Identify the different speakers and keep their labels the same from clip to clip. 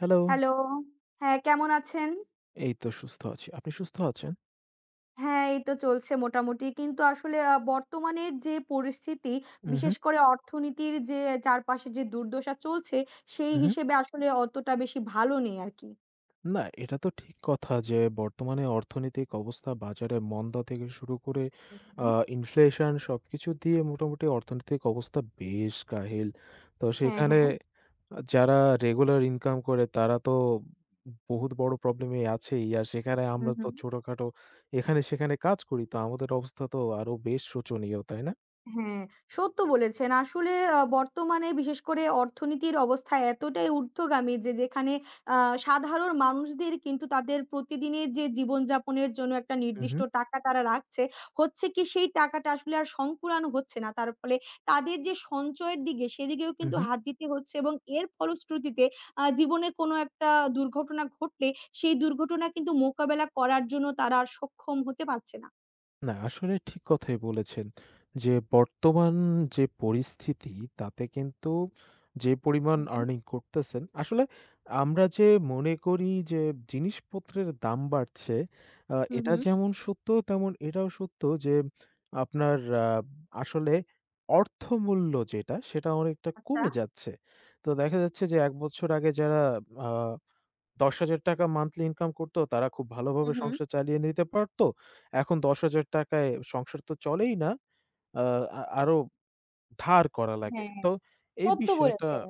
Speaker 1: Hello,
Speaker 2: hello. হ্যাঁ, কেমন আছেন?
Speaker 1: এই তো সুস্থ আছি। আপনি সুস্থ আছেন?
Speaker 2: হ্যাঁ, এই তো চলছে মোটামুটি। কিন্তু আসলে বর্তমানের যে পরিস্থিতি,
Speaker 1: উম
Speaker 2: বিশেষ
Speaker 1: হুম,
Speaker 2: করে অর্থনীতির যে চারপাশে যে দুর্দশা চলছে, সেই
Speaker 1: উম হুম।
Speaker 2: হিসেবে আসলে অতটা বেশি ভালো নেই আরকি।
Speaker 1: না, এটা তো ঠিক কথা যে বর্তমানে অর্থনৈতিক অবস্থা বাজারে মন্দা থেকে শুরু করে
Speaker 2: হুম,
Speaker 1: আ
Speaker 2: হুম।
Speaker 1: ইনফ্লেশন সবকিছু দিয়ে মোটামুটি অর্থনৈতিক অবস্থা বেশ কাহিল। তো
Speaker 2: হ্যাঁ,
Speaker 1: সেখানে
Speaker 2: হ্যাঁ।
Speaker 1: যারা রেগুলার ইনকাম করে তারা তো বহুত বড় প্রবলেমে আছেই। আর সেখানে
Speaker 2: হুম,
Speaker 1: আমরা তো
Speaker 2: হুম।
Speaker 1: ছোটখাটো এখানে সেখানে কাজ করি। তো আমাদের অবস্থা তো আরো বেশ শোচনীয়, তাই না?
Speaker 2: হ্যাঁ, সত্য বলেছেন। আসলে বর্তমানে বিশেষ করে অর্থনীতির অবস্থা এতটাই ঊর্ধ্বগামী যে যেখানে আ সাধারণ মানুষদের কিন্তু তাদের প্রতিদিনের যে জীবনযাপনের জন্য একটা
Speaker 1: উম
Speaker 2: নির্দিষ্ট
Speaker 1: হুম,
Speaker 2: টাকা তারা রাখছে, হচ্ছে কি সেই টাকাটা আসলে আর সংকুলান হচ্ছে না। তার ফলে তাদের যে সঞ্চয়ের দিকে সেদিকেও
Speaker 1: উম
Speaker 2: কিন্তু
Speaker 1: হুম।
Speaker 2: হাত দিতে হচ্ছে এবং এর ফলশ্রুতিতে জীবনে কোনো একটা দুর্ঘটনা ঘটলে সেই দুর্ঘটনা কিন্তু মোকাবেলা করার জন্য তারা আর সক্ষম হতে পারছে না।
Speaker 1: না, আসলে ঠিক কথাই বলেছেন। যে বর্তমান যে পরিস্থিতি তাতে কিন্তু যে পরিমাণ
Speaker 2: হু, হু।
Speaker 1: আর্নিং করতেছেন, আসলে আমরা যে মনে করি যে জিনিসপত্রের দাম বাড়ছে,
Speaker 2: হু,
Speaker 1: এটা
Speaker 2: হু।
Speaker 1: যেমন সত্য তেমন এটাও সত্য যে আপনার আ আসলে অর্থমূল্য যেটা সেটা অনেকটা
Speaker 2: আচ্ছা।
Speaker 1: কমে যাচ্ছে। তো দেখা যাচ্ছে যে ১ বছর আগে যারা আ ৳১০,০০০ মান্থলি ইনকাম করত। তারা খুব
Speaker 2: হু,
Speaker 1: ভালোভাবে
Speaker 2: হু।
Speaker 1: সংসার চালিয়ে নিতে পারত। এখন ৳১০,০০০ য় সংসার তো চলেই না। আ আ আরো ধার করা লাগে।
Speaker 2: হ্যাঁ,
Speaker 1: তো এই
Speaker 2: সত্য
Speaker 1: বিষয়টা
Speaker 2: বলেছেন।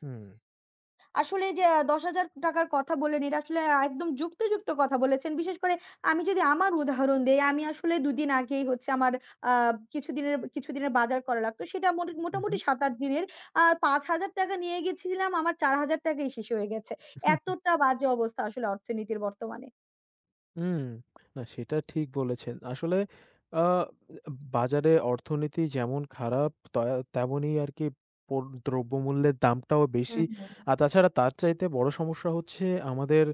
Speaker 1: হুম,
Speaker 2: আসলে যে ৳১০,০০০ র কথা বললেন, এটা আসলে একদম যুক্তিযুক্ত কথা বলেছেন। বিশেষ করে আমি যদি আমার উদাহরণ দেই, আমি আসলে ২ দিন আগেই হচ্ছে আমার আ কিছুদিনের কিছুদিনের বাজার করা লাগতো। সেটা মোটামুটি
Speaker 1: উহু,
Speaker 2: ৭-৮ দিনের। ৳৫,০০০ নিয়ে গেছিলাম, আমার ৳৪,০০০ ই শেষ হয়ে গেছে। এতটা বাজে অবস্থা আসলে অর্থনীতির বর্তমানে।
Speaker 1: হুম। না সেটা ঠিক বলেছেন। আসলে আ বাজারে অর্থনীতি যেমন খারাপ তা তেমনি আরকি পো দ্রব্যমূল্যের দামটাও বেশি।
Speaker 2: হুম, হুম।
Speaker 1: আর তাছাড়া তার চাইতে বড় সমস্যা হচ্ছে আমাদের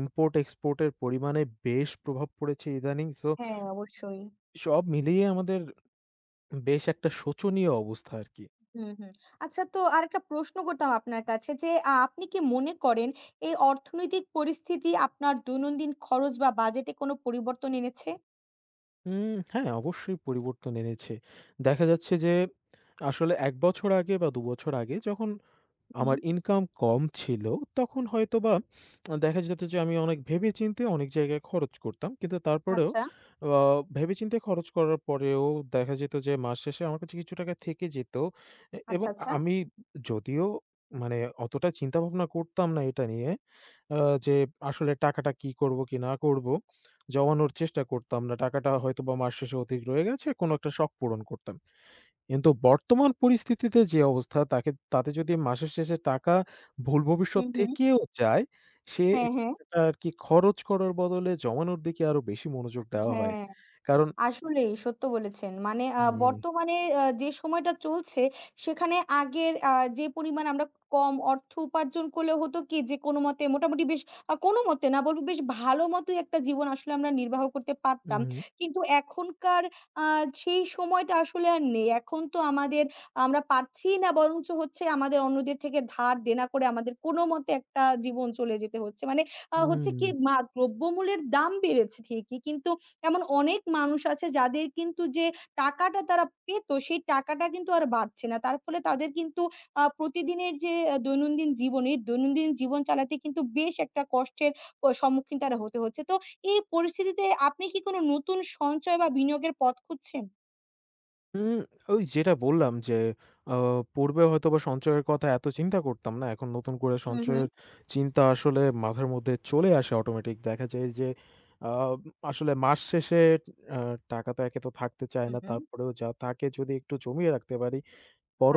Speaker 1: ইম্পোর্ট এক্সপোর্ট এর পরিমাণে বেশ প্রভাব পড়েছে ইদানিং। সো
Speaker 2: হ্যাঁ, অবশ্যই।
Speaker 1: সব মিলিয়ে আমাদের বেশ একটা শোচনীয় অবস্থা আরকি।
Speaker 2: হুম, হুম। আচ্ছা, তো আরেকটা প্রশ্ন করতাম আপনার কাছে যে, আপনি কি মনে করেন এই অর্থনৈতিক পরিস্থিতি আপনার দৈনন্দিন খরচ বা বাজেটে কোনো পরিবর্তন এনেছে?
Speaker 1: হ্যাঁ, অবশ্যই পরিবর্তন এনেছে। দেখা যাচ্ছে যে আসলে ১ বছর আগে বা ২ বছর আগে যখন
Speaker 2: হুম।
Speaker 1: আমার ইনকাম কম ছিল, তখন হয়তোবা দেখা যেত যে আমি অনেক ভেবে-চিন্তে অনেক জায়গায় খরচ করতাম। কিন্তু তারপরেও
Speaker 2: আচ্ছা,
Speaker 1: আ ভেবে-চিন্তে খরচ করার পরেও দেখা যেত যে মাস শেষে আমার কাছে কিছু টাকা থেকে যেত। এবং
Speaker 2: আচ্ছা, আচ্ছা।
Speaker 1: আমি যদিও মানে অতটা চিন্তা ভাবনা করতাম না এটা নিয়ে আ যে আসলে টাকাটা কি করব কি না করব, জমানোর চেষ্টা করতাম না। টাকাটা হয়তোবা মাস শেষে অতিরিক্ত রয়ে গেছে, কোনো একটা শখ পূরণ করতাম। কিন্তু বর্তমান পরিস্থিতিতে যে অবস্থা তাকে তাতে যদি মাসের শেষে টাকা ভুল ভবিষ্যৎ
Speaker 2: হুম, হুম।
Speaker 1: থেকেও যায়, সে
Speaker 2: হ্যাঁ, হ্যাঁ,
Speaker 1: টাকাটা আরকি খরচ করার বদলে জমানোর দিকে আরো বেশি মনোযোগ দেওয়া হয়।
Speaker 2: হ্যাঁ।
Speaker 1: কারণ
Speaker 2: আসলেই সত্য বলেছেন। মানে
Speaker 1: হুম,
Speaker 2: বর্তমানে যে সময়টা চলছে সেখানে আগের যে পরিমাণ আমরা কম অর্থ উপার্জন করলে হতো কি যে কোনোমতে মোটামুটি বেশ কোনোমতে না, বলব বেশ ভালো মতোই একটা জীবন আসলে আমরা নির্বাহ করতে পারতাম।
Speaker 1: হুম,
Speaker 2: কিন্তু এখনকার আ সেই সময়টা আসলে আর নেই। এখন তো আমাদের আমরা পারছিই না, বরঞ্চ হচ্ছে আমাদের অন্যদের থেকে ধার দেনা করে আমাদের কোনোমতে একটা জীবন চলে যেতে হচ্ছে। মানে হচ্ছে
Speaker 1: হুম।
Speaker 2: কি দ্রব্যমূল্যের দাম বেড়েছে ঠিকই, কিন্তু এমন অনেক মানুষ আছে যাদের কিন্তু যে টাকাটা তারা পেত, সেই টাকাটা কিন্তু আর বাড়ছে না। তার ফলে তাদের কিন্তু প্রতিদিনের যে দৈনন্দিন জীবন চালাতে কিন্তু বেশ একটা কষ্টের সম্মুখীন তারা হতে হচ্ছে। তো এই পরিস্থিতিতে আপনি কি কোনো নতুন সঞ্চয় বা বিনিয়োগের পথ খুঁজছেন?
Speaker 1: উম ওই যেটা বললাম যে, আ পূর্বে হয়তোবা সঞ্চয়ের কথা এত চিন্তা করতাম না। এখন নতুন করে
Speaker 2: হুম, হুম,
Speaker 1: সঞ্চয়ের চিন্তা আসলে মাথার মধ্যে চলে আসে অটোমেটিক। দেখা যায় যে, আ আসলে মাস শেষে আ টাকা তো একে তো থাকতে চায়
Speaker 2: হুম,
Speaker 1: না।
Speaker 2: হুম।
Speaker 1: তারপরেও যা থাকে যদি একটু জমিয়ে রাখতে পারি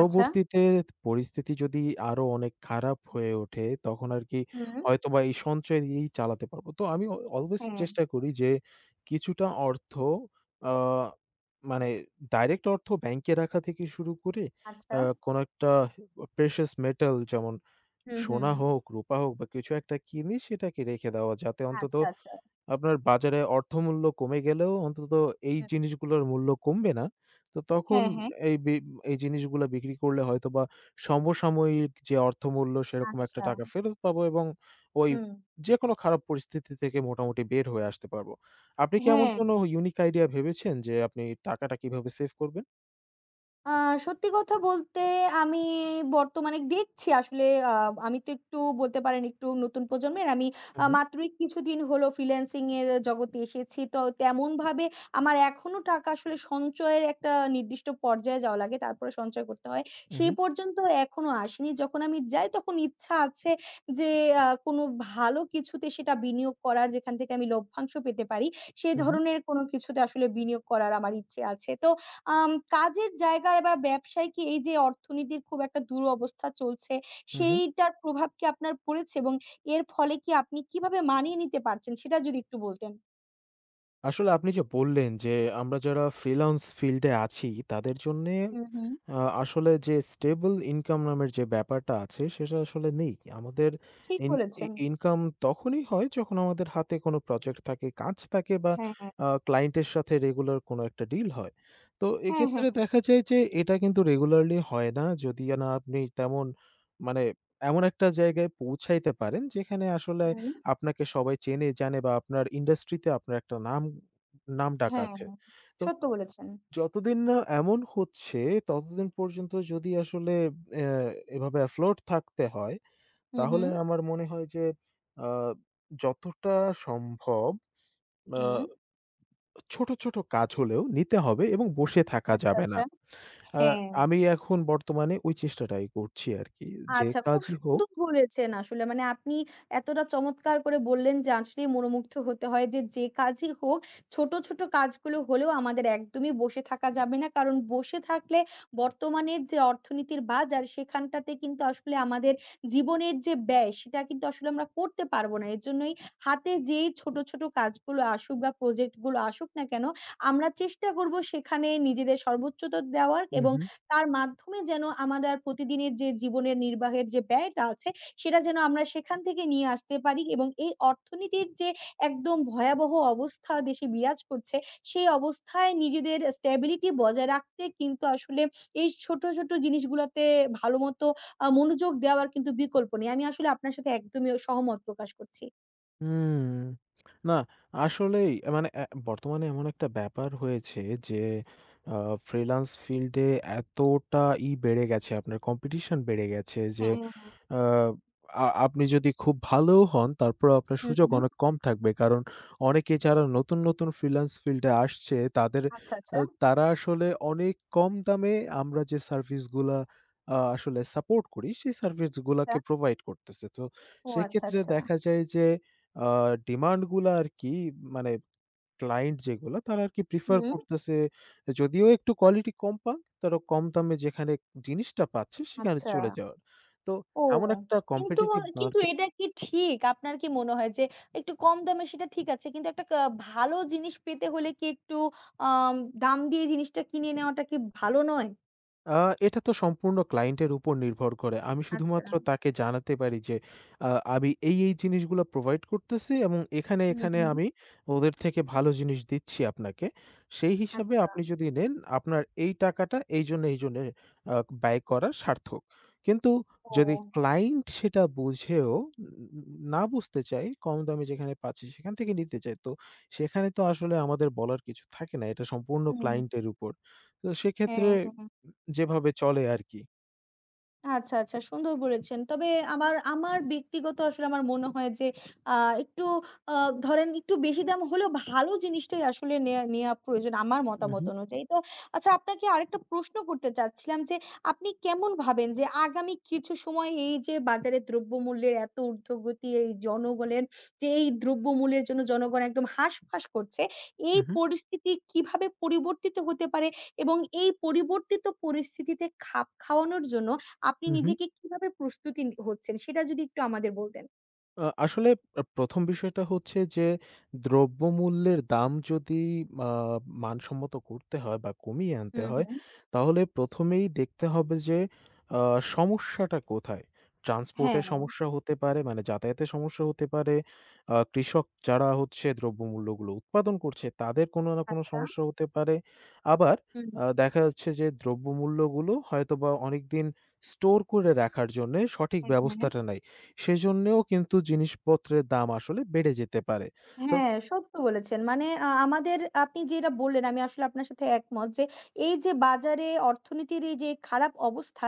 Speaker 2: আচ্ছা।
Speaker 1: পরিস্থিতি যদি আরো অনেক খারাপ হয়ে ওঠে, তখন আরকি
Speaker 2: হুম, হুম।
Speaker 1: হয়তোবা এই সঞ্চয় দিয়েই চালাতে পারবো। তো আমি অলওয়েজ
Speaker 2: হ্যাঁ।
Speaker 1: চেষ্টা করি যে কিছুটা অর্থ আ মানে ডাইরেক্ট অর্থ ব্যাংকে রাখা থেকে শুরু করে
Speaker 2: আচ্ছা।
Speaker 1: আ কোনো একটা প্রেশাস মেটাল যেমন
Speaker 2: হুম, হুম।
Speaker 1: সোনা হোক, রূপা হোক বা কিছু একটা কিনি সেটাকে রেখে দেওয়া। যাতে অন্তত
Speaker 2: আচ্ছা, আচ্ছা।
Speaker 1: আপনার বাজারে অর্থমূল্য কমে গেলেও অন্তত এই
Speaker 2: হুম।
Speaker 1: জিনিসগুলোর মূল্য কমবে না। তো তখন
Speaker 2: হ্যাঁ, হ্যাঁ।
Speaker 1: এই বি এই জিনিসগুলা বিক্রি করলে হয়তোবা সমসাময়িক যে অর্থমূল্য সেরকম একটা
Speaker 2: আচ্ছা।
Speaker 1: টাকা ফেরত পাবো এবং ওই
Speaker 2: হুম।
Speaker 1: যেকোনো খারাপ পরিস্থিতি থেকে মোটামুটি বের হয়ে আসতে পারবো। আপনি কি এমন
Speaker 2: হ্যাঁ।
Speaker 1: কোনো ইউনিক আইডিয়া ভেবেছেন যে আপনি টাকাটা কিভাবে সেভ করবেন?
Speaker 2: আ সত্যি কথা বলতে আমি বর্তমানে দেখছি আসলে আ আমি তো একটু বলতে পারেন একটু নতুন প্রজন্মের। আমি
Speaker 1: হু, হু,
Speaker 2: মাত্রই কিছুদিন হলো ফ্রিল্যান্সিং এর জগতে এসেছি। তো তেমনভাবে আমার এখনো টাকা আসলে সঞ্চয়ের একটা নির্দিষ্ট পর্যায়ে যাওয়া লাগে। তারপরে সঞ্চয় করতে হয়। সেই
Speaker 1: হু,
Speaker 2: পর্যন্ত এখনো আসেনি। যখন আমি যাই তখন ইচ্ছা আছে যে কোনো ভালো কিছুতে সেটা বিনিয়োগ করার, যেখান থেকে আমি লভ্যাংশ পেতে পারি। সে
Speaker 1: হু, হু,
Speaker 2: ধরনের কোনো কিছুতে আসলে বিনিয়োগ করার আমার ইচ্ছে আছে। তো কাজের জায়গায় বা ব্যবসায় কি এই যে অর্থনীতির খুব একটা দুরবস্থা চলছে,
Speaker 1: হু, হু।
Speaker 2: সেইটার প্রভাব কি আপনার পড়েছে? এবং এর ফলে কি আপনি কিভাবে মানিয়ে নিতে পারছেন সেটা যদি একটু বলতেন।
Speaker 1: আসলে আপনি যে বললেন যে আমরা যারা ফ্রিল্যান্স ফিল্ডে আছি তাদের জন্যে
Speaker 2: হুম, হুম।
Speaker 1: আ আসলে যে স্টেবল ইনকাম নামের যে ব্যাপারটা আছে সেটা আসলে নেই। আমাদের
Speaker 2: ঠিক
Speaker 1: ইন ই
Speaker 2: বলেছেন।
Speaker 1: ইনকাম তখনই হয় যখন আমাদের হাতে কোনো প্রজেক্ট থাকে, কাজ থাকে বা
Speaker 2: হ্যাঁ, হ্যাঁ।
Speaker 1: ক্লায়েন্টের সাথে রেগুলার কোনো একটা ডিল হয়। তো
Speaker 2: হ্যাঁ, হ্যাঁ।
Speaker 1: এক্ষেত্রে দেখা যায় যে এটা কিন্তু রেগুলারলি হয় না। যদি না আপনি তেমন মানে এমন একটা জায়গায় পৌঁছাইতে পারেন যেখানে আসলে
Speaker 2: হুম।
Speaker 1: আপনাকে সবাই চেনে জানে বা আপনার ইন্ডাস্ট্রিতে আপনার একটা নামডাক
Speaker 2: হ্যাঁ।
Speaker 1: আছে। তো
Speaker 2: সত্য বলেছেন।
Speaker 1: যতদিন না এমন হচ্ছে, ততদিন পর্যন্ত যদি আসলে অ্যা এভাবে অ্যাফ্লোট থাকতে হয়,
Speaker 2: হুম,
Speaker 1: তাহলে
Speaker 2: হুম।
Speaker 1: আমার মনে হয় যে আ যতটা সম্ভব আ
Speaker 2: হুম।
Speaker 1: ছোট, ছোট কাজ হলেও নিতে হবে এবং বসে থাকা
Speaker 2: আচ্ছা,
Speaker 1: যাবে না।
Speaker 2: আচ্ছা।
Speaker 1: আ
Speaker 2: হ্যাঁ।
Speaker 1: আমি এখন বর্তমানে ওই চেষ্টাটাই করছি আরকি। যে
Speaker 2: আচ্ছা, খুব
Speaker 1: কাজই হোক
Speaker 2: সুন্দর বলেছেন আসলে। মানে আপনি এতটা চমৎকার করে বললেন যে আসলেই মনোমুগ্ধ হতে হয় যে, যে কাজই হোক, ছোট, ছোট কাজগুলো হলেও আমাদের একদমই বসে থাকা যাবে না। কারণ বসে থাকলে বর্তমানের যে অর্থনীতির বাজার, সেখানটাতে কিন্তু আসলে আমাদের জীবনের যে ব্যয় সেটা কিন্তু আসলে আমরা করতে পারবো না। এরজন্যই হাতে যেই ছোট, ছোট কাজগুলো আসুক বা প্রজেক্ট গুলো আসুক না কেন, আমরা চেষ্টা করব সেখানে নিজেদের সর্বোচ্চতা দেওয়ার এবং
Speaker 1: উহু।
Speaker 2: তার মাধ্যমে যেন আমাদের প্রতিদিনের যে জীবনের নির্বাহের যে ব্যয়টা আছে, সেটা যেন আমরা সেখান থেকে নিয়ে আসতে পারি এবং এই অর্থনীতির যে একদম ভয়াবহ অবস্থা দেশে বিরাজ করছে, সেই অবস্থায় নিজেদের স্ট্যাবিলিটি বজায় রাখতে কিন্তু আসলে এই ছোট, ছোট জিনিসগুলাতে ভালোমতো মনোযোগ দেওয়ার কিন্তু বিকল্প নেই। আমি আসলে আপনার সাথে একদমই সহমত প্রকাশ করছি।
Speaker 1: হুম। না, আসলেই মানে বর্তমানে এমন একটা ব্যাপার হয়েছে যে আ ফ্রিল্যান্স ফিল্ডে এতটাই বেড়ে গেছে, আপনার কম্পিটিশন বেড়ে গেছে যে
Speaker 2: হ্যাঁ, হ্যাঁ।
Speaker 1: আ আ আপনি যদি খুব ভালোও হন, তারপরেও আপনার
Speaker 2: হুম,
Speaker 1: সুযোগ
Speaker 2: হুম।
Speaker 1: অনেক কম থাকবে। কারণ অনেকে যারা নতুন, নতুন ফ্রিল্যান্স ফিল্ডে আসছে তাদের
Speaker 2: আচ্ছা, আচ্ছা,
Speaker 1: তারা আসলে অনেক কম দামে আমরা যে সার্ভিসগুলা আসলে সাপোর্ট করি, সেই
Speaker 2: আচ্ছা।
Speaker 1: সার্ভিসগুলাকে প্রোভাইড করতেছে। তো
Speaker 2: ও আচ্ছা,
Speaker 1: সেক্ষেত্রে
Speaker 2: আচ্ছা।
Speaker 1: দেখা যায় যে আ ডিমান্ডগুলা আরকি মানে ক্লায়েন্ট যেগুলো তারা আরকি প্রেফার
Speaker 2: হুম,
Speaker 1: করতেছে যদিও একটু কোয়ালিটি কম পাক, তারা কম দামে যেখানে জিনিসটা পাচ্ছে সেখানে
Speaker 2: আচ্ছা।
Speaker 1: চলে যাওয়ার। তো
Speaker 2: ও!
Speaker 1: এমন একটা
Speaker 2: কিন্তু,
Speaker 1: কম্পিটিটিভ
Speaker 2: কিন্তু
Speaker 1: মার্কেট
Speaker 2: এটা কি ঠিক? আপনার কি মনে হয় যে একটু কম দামে সেটা ঠিক আছে। কিন্তু একটা ভালো জিনিস পেতে হলে কি একটু আম দাম দিয়ে জিনিসটা কিনে নেওয়াটা কি ভালো নয়?
Speaker 1: আ এটা তো সম্পূর্ণ ক্লায়েন্টের উপর নির্ভর করে। আমি
Speaker 2: আচ্ছা।
Speaker 1: শুধুমাত্র তাকে জানাতে পারি যে আ আমি এই জিনিসগুলো প্রোভাইড করতেছি এবং
Speaker 2: হুম,
Speaker 1: এখানে
Speaker 2: হুম।
Speaker 1: আমি ওদের থেকে ভালো জিনিস দিচ্ছি আপনাকে। সেই হিসাবে
Speaker 2: আচ্ছা।
Speaker 1: আপনি যদি নেন আপনার এই টাকাটা এইজন্য আ ব্যয় করা সার্থক। কিন্তু যদি
Speaker 2: ও!
Speaker 1: ক্লায়েন্ট সেটা বুঝেও উম, না বুঝতে চায়, কম দামে যেখানে পাচ্ছি সেখান থেকে নিতে চায়। তো সেখানে তো আসলে আমাদের বলার কিছু থাকে না। এটা সম্পূর্ণ
Speaker 2: হুম।
Speaker 1: ক্লায়েন্টের উপর। তো
Speaker 2: হ্যাঁ,
Speaker 1: সেক্ষেত্রে
Speaker 2: হ্যাঁ।
Speaker 1: যেভাবে চলে আরকি।
Speaker 2: আচ্ছা, আচ্ছা সুন্দর বলেছেন। তবে আমার ব্যক্তিগত আসলে আমার মনে হয় যে আ একটু আ ধরেন একটু বেশি দাম হলেও ভালো জিনিসটাই আসলে নেয়া নেয়া প্রয়োজন আমার
Speaker 1: হু, হু,
Speaker 2: মতামত অনুযায়ী। তো আচ্ছা আপনাকে আরেকটা প্রশ্ন করতে চাচ্ছিলাম যে আপনি কেমন ভাবেন যে আগামী কিছু সময় এই যে বাজারে দ্রব্যমূল্যের এত ঊর্ধ্বগতি, এই জনগণের যে এই দ্রব্যমূল্যের জন্য জনগণ একদম হাঁসফাঁস করছে,
Speaker 1: হু,
Speaker 2: এই
Speaker 1: হু,
Speaker 2: পরিস্থিতি কিভাবে পরিবর্তিত হতে পারে এবং এই পরিবর্তিত পরিস্থিতিতে খাপ খাওয়ানোর জন্য আপনি
Speaker 1: হু, হু।
Speaker 2: নিজেকে কিভাবে প্রস্তুতি হচ্ছেন সেটা যদি একটু আমাদের বলতেন?
Speaker 1: আসলে ১ম বিষয়টা হচ্ছে যে দ্রব্যমূল্যের দাম যদি আ মানসম্মত করতে হয় বা কমিয়ে আনতে
Speaker 2: হুম,
Speaker 1: হয়,
Speaker 2: হুম।
Speaker 1: তাহলে ১ম এই দেখতে হবে যে আ সমস্যাটা কোথায়?
Speaker 2: হ্যাঁ।
Speaker 1: ট্রান্সপোর্টের সমস্যা হতে পারে, মানে যাতায়াতের সমস্যা হতে পারে। কৃষক যারা হচ্ছে দ্রব্যমূল্যগুলো উৎপাদন করছে, তাদের কোনো না কোনো
Speaker 2: আচ্ছা।
Speaker 1: সমস্যা হতে পারে। আবার
Speaker 2: হুম,
Speaker 1: দেখা যাচ্ছে যে দ্রব্যমূল্যগুলো হয়তোবা অনেকদিন স্টোর করে রাখার জন্যে সঠিক
Speaker 2: হ্যাঁ, হ্যাঁ।
Speaker 1: ব্যবস্থাটা নাই। সেজন্যেও কিন্তু জিনিসপত্রের দাম আসলে বেড়ে যেতে পারে। সো
Speaker 2: হ্যাঁ, সত্য বলেছেন। মানে আমাদের আপনি যেটা বললেন আমি আসলে আপনার সাথে একমত যে, এই যে বাজারে অর্থনীতির এই যে খারাপ অবস্থা,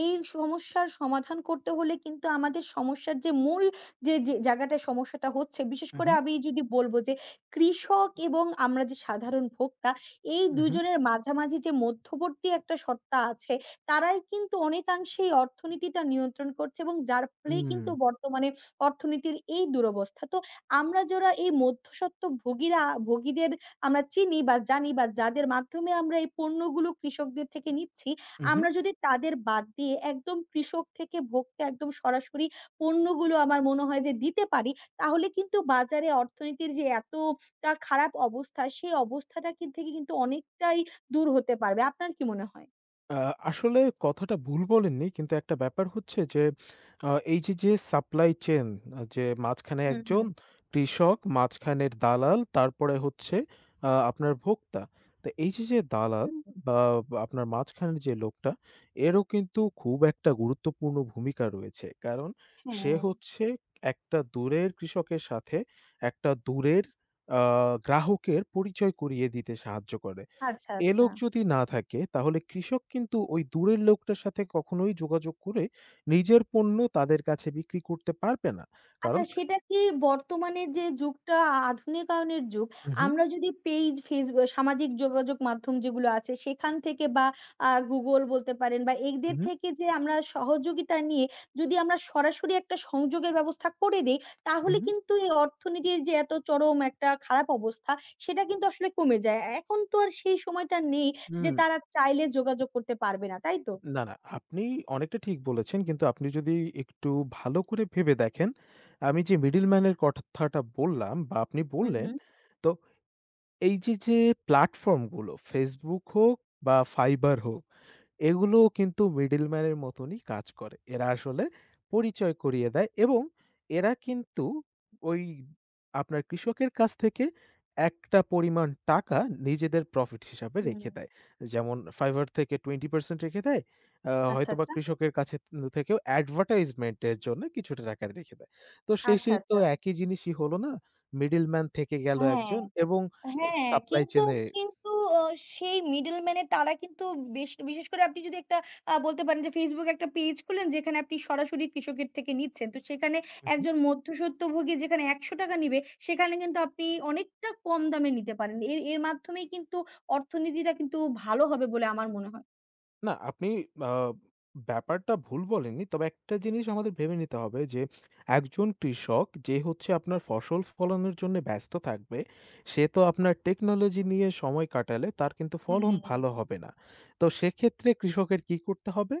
Speaker 2: এই সমস্যার সমাধান করতে হলে কিন্তু আমাদের সমস্যার যে মূল, যে যে জায়গাটায় সমস্যাটা হচ্ছে, বিশেষ করে
Speaker 1: উহু,
Speaker 2: আমি যদি বলব যে কৃষক এবং আমরা যে সাধারণ ভোক্তা, এই ২
Speaker 1: উহু।
Speaker 2: জনের মাঝামাঝি যে মধ্যবর্তী একটা সত্তা আছে, তারাই কিন্তু অনেকাংশেই অর্থনীতিটা নিয়ন্ত্রণ করছে এবং যার ফলেই
Speaker 1: হুম।
Speaker 2: কিন্তু বর্তমানে অর্থনীতির এই দুরবস্থা। তো আমরা যারা এই মধ্যস্বত্ব ভোগীদের আমরা চিনি বা জানি বা যাদের মাধ্যমে আমরা এই পণ্যগুলো কৃষকদের থেকে নিচ্ছি,
Speaker 1: উহু।
Speaker 2: আমরা যদি তাদের বাদ দিয়ে একদম কৃষক থেকে ভোক্তা একদম সরাসরি পণ্যগুলো আমার মনে হয় যে দিতে পারি, তাহলে কিন্তু বাজারে অর্থনীতির যে এতটা খারাপ অবস্থা, সেই অবস্থাটা থেকে কিন্তু অনেকটাই দূর হতে পারবে। আপনার কি মনে হয়?
Speaker 1: আ আসলে কথাটা ভুল বলেননি। কিন্তু একটা ব্যাপার হচ্ছে যে, এই যে, সাপ্লাই চেইন যে, মাঝখানে
Speaker 2: হুম, হুম।
Speaker 1: একজন কৃষক, মাঝখানের দালাল, তারপরে হচ্ছে আপনার ভোক্তা। তো এই যে,
Speaker 2: হু,
Speaker 1: দালাল
Speaker 2: হু।
Speaker 1: বা বা আপনার মাঝখানের যে, লোকটা, এরও কিন্তু খুব একটা গুরুত্বপূর্ণ ভূমিকা রয়েছে। কারণ সে
Speaker 2: হ্যাঁ,
Speaker 1: হচ্ছে একটা দূরের কৃষকের সাথে একটা দূরের আ গ্রাহকের পরিচয় করিয়ে দিতে সাহায্য করে।
Speaker 2: আচ্ছা,
Speaker 1: এ
Speaker 2: আচ্ছা।
Speaker 1: লোক যদি না থাকে তাহলে কৃষক কিন্তু ওই দূরের লোকটার সাথে কখনোই যোগাযোগ করে নিজের পণ্য তাদের কাছে বিক্রি করতে পারবে না। কারণ
Speaker 2: আচ্ছা, সেটা কি বর্তমানের যে যুগটা আধুনিকায়নের যুগ,
Speaker 1: হু, হু।
Speaker 2: আমরা যদি পেজ, সামাজিক যোগাযোগ মাধ্যম যেগুলো আছে সেখান থেকে বা Google বলতে পারেন বা
Speaker 1: হু,
Speaker 2: এদের
Speaker 1: হু,
Speaker 2: থেকে যে আমরা সহযোগিতা নিয়ে যদি আমরা সরাসরি একটা সংযোগের ব্যবস্থা করে দেই,
Speaker 1: হু,
Speaker 2: তাহলে
Speaker 1: হু।
Speaker 2: কিন্তু এই অর্থনীতির যে এত চরম একটা খারাপ অবস্থা সেটা কিন্তু আসলে কমে যায়। এখন তো আর সেই সময়টা নেই যে
Speaker 1: হুম,
Speaker 2: তারা চাইলে যোগাযোগ করতে পারবে না, তাই তো?
Speaker 1: না, না আপনি অনেকটা ঠিক বলেছেন। কিন্তু আপনি যদি একটু ভালো করে ভেবে দেখেন, আমি যে মিডলম্যান এর কথাটা বললাম বা আপনি
Speaker 2: হুম,
Speaker 1: বললেন,
Speaker 2: হুম,
Speaker 1: তো এই যে, প্ল্যাটফর্ম গুলো Facebook হোক বা Fiverr হোক এগুলোও কিন্তু মিডলম্যান এর মতনই কাজ করে। এরা আসলে পরিচয় করিয়ে দেয় এবং এরা কিন্তু ওই আপনার কৃষকের কাছ থেকে একটা পরিমাণ টাকা নিজেদের প্রফিট হিসাবে
Speaker 2: হুম।
Speaker 1: রেখে দেয়। যেমন Fiverr থেকে 20% রেখে দেয়।
Speaker 2: আচ্ছা,
Speaker 1: হয়তোবা
Speaker 2: আচ্ছা।
Speaker 1: কৃষকের কাছে থেকেও অ্যাডভার্টাইজমেন্ট এর জন্য কিছুটা টাকা রেখে দেয়। তো
Speaker 2: আচ্ছা,
Speaker 1: শেষেই তো
Speaker 2: আচ্ছা।
Speaker 1: একই জিনিসই হলো না? মিডলম্যান থেকে গেল
Speaker 2: হ্যাঁ।
Speaker 1: একজন এবং
Speaker 2: হ্যাঁ,
Speaker 1: সাপ্লাই
Speaker 2: কিন্তু
Speaker 1: চেইন এ
Speaker 2: কিন্তু অ সেই মিডলম্যান এর তারা কিন্তু বেশ, বিশেষ করে আপনি যদি একটা বলতে পারেন যে Facebook একটা পেজ খুললেন যেখানে আপনি সরাসরি কৃষকের থেকে নিচ্ছেন। তো সেখানে একজন মধ্যস্বত্বভোগী যেখানে ৳১০০ নিবে সেখানে কিন্তু আপনি অনেকটা কম দামে নিতে পারেন। এর এর মাধ্যমেই কিন্তু অর্থনীতিটা কিন্তু ভালো হবে বলে আমার মনে হয়।
Speaker 1: না, আপনি আ ব্যাপারটা ভুল বলেননি। তবে একটা জিনিস আমাদের ভেবে নিতে হবে যে, একজন কৃষক যে হচ্ছে আপনার ফসল ফলানোর জন্যে ব্যস্ত থাকবে, সে তো আপনার টেকনোলজি নিয়ে সময় কাটালে তার কিন্তু
Speaker 2: হুম,
Speaker 1: ফলন
Speaker 2: হুম। হুম।
Speaker 1: ভালো হবে না। তো সেক্ষেত্রে কৃষকের কি করতে হবে?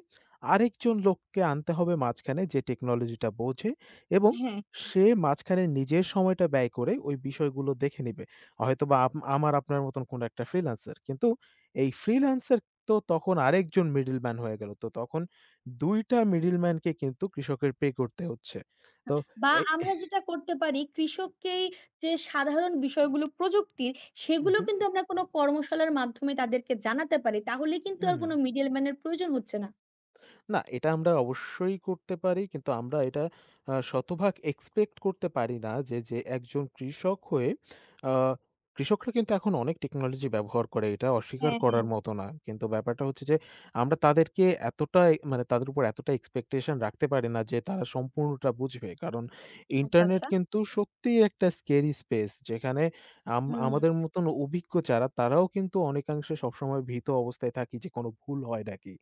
Speaker 1: আরেকজন লোককে আনতে হবে মাঝখানে যে টেকনোলজিটা বোঝে এবং
Speaker 2: হ্যাঁ।
Speaker 1: সে মাঝখানে নিজের সময়টা ব্যয় করে ওই বিষয়গুলো দেখে নিবে। হয়তোবা আমার আপনার মতন কোনো একটা ফ্রিল্যান্সার। কিন্তু এই ফ্রিল্যান্সার তো তখন আরেকজন মিডলম্যান হয়ে গেল। তো তখন ২ টা মিডলম্যানকে কিন্তু কৃষকের পে করতে হচ্ছে। তো
Speaker 2: বা
Speaker 1: এই
Speaker 2: আমরা যেটা করতে পারি কৃষককেই যে সাধারণ বিষয়গুলো প্রযুক্তির,
Speaker 1: উহু,
Speaker 2: সেগুলো
Speaker 1: হুম।
Speaker 2: কিন্তু আমরা কোনো কর্মশালার মাধ্যমে তাদেরকে জানাতে পারি। তাহলে কিন্তু আর
Speaker 1: হুম।
Speaker 2: কোনো মিডল ম্যান এর প্রয়োজন হচ্ছে না।
Speaker 1: না, এটা আমরা অবশ্যই করতে পারি। কিন্তু আমরা এটা শতভাগ এক্সপেক্ট করতে পারি না যে, যে একজন কৃষক হয়ে আ কৃষকরা কিন্তু এখন অনেক টেকনোলজি ব্যবহার করে। এটা অস্বীকার
Speaker 2: হ্যাঁ,
Speaker 1: করার
Speaker 2: হ্যাঁ।
Speaker 1: মতো না। কিন্তু ব্যাপারটা হচ্ছে যে, আমরা তাদেরকে এতটা মানে তাদের উপর এতটা এক্সপেকটেশন রাখতে পারি না যে, তারা সম্পূর্ণটা বুঝবে। কারণ
Speaker 2: আচ্ছা,
Speaker 1: ইন্টারনেট
Speaker 2: আচ্ছা।
Speaker 1: কিন্তু সত্যিই একটা স্কেরি স্পেস। যেখানে
Speaker 2: হুম,
Speaker 1: আমাদের মতন অভিজ্ঞ যারা তারাও কিন্তু অনেকাংশে সবসময় ভীত অবস্থায় থাকি যে, কোনো ভুল হয় নাকি?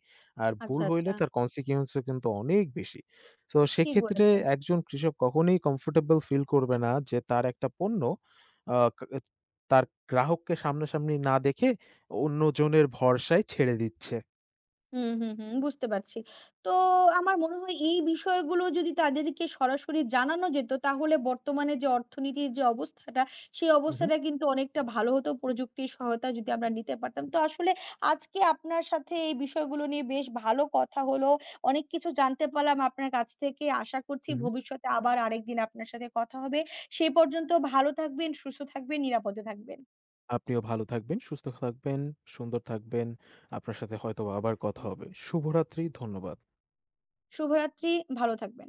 Speaker 1: আর ভুল
Speaker 2: আচ্ছা,
Speaker 1: হইলে
Speaker 2: আচ্ছা।
Speaker 1: তার consequence ও কিন্তু অনেক বেশি। তো
Speaker 2: ঠিক
Speaker 1: সেক্ষেত্রে
Speaker 2: বলেছেন।
Speaker 1: একজন কৃষক কখনোই comfortable ফিল করবে না যে তার একটা পণ্য আ কা তার গ্রাহককে সামনাসামনি না দেখে অন্যজনের ভরসায় ছেড়ে দিচ্ছে।
Speaker 2: হুম, হুম, হুম। বুঝতে পারছি। তো আমার মনে হয় এই বিষয়গুলো যদি তাদেরকে সরাসরি জানানো যেত তাহলে বর্তমানে যে অর্থনীতির যে অবস্থাটা, সেই
Speaker 1: হু, হু,
Speaker 2: অবস্থাটা কিন্তু অনেকটা ভালো হতো প্রযুক্তির সহায়তা যদি আমরা নিতে পারতাম। তো আসলে আজকে আপনার সাথে এই বিষয়গুলো নিয়ে বেশ ভালো কথা হলো। অনেক কিছু জানতে পারলাম আপনার কাছ থেকে। আশা করছি
Speaker 1: হু, হু।
Speaker 2: ভবিষ্যতে আবার আরেকদিন আপনার সাথে কথা হবে। সেই পর্যন্ত ভালো থাকবেন, সুস্থ থাকবেন, নিরাপদে থাকবেন।
Speaker 1: আপনিও ভালো থাকবেন, সুস্থ থাকবেন, সুন্দর থাকবেন। আপনার সাথে হয়তোবা আবার কথা হবে। শুভরাত্রি। ধন্যবাদ।
Speaker 2: শুভরাত্রি, ভালো থাকবেন।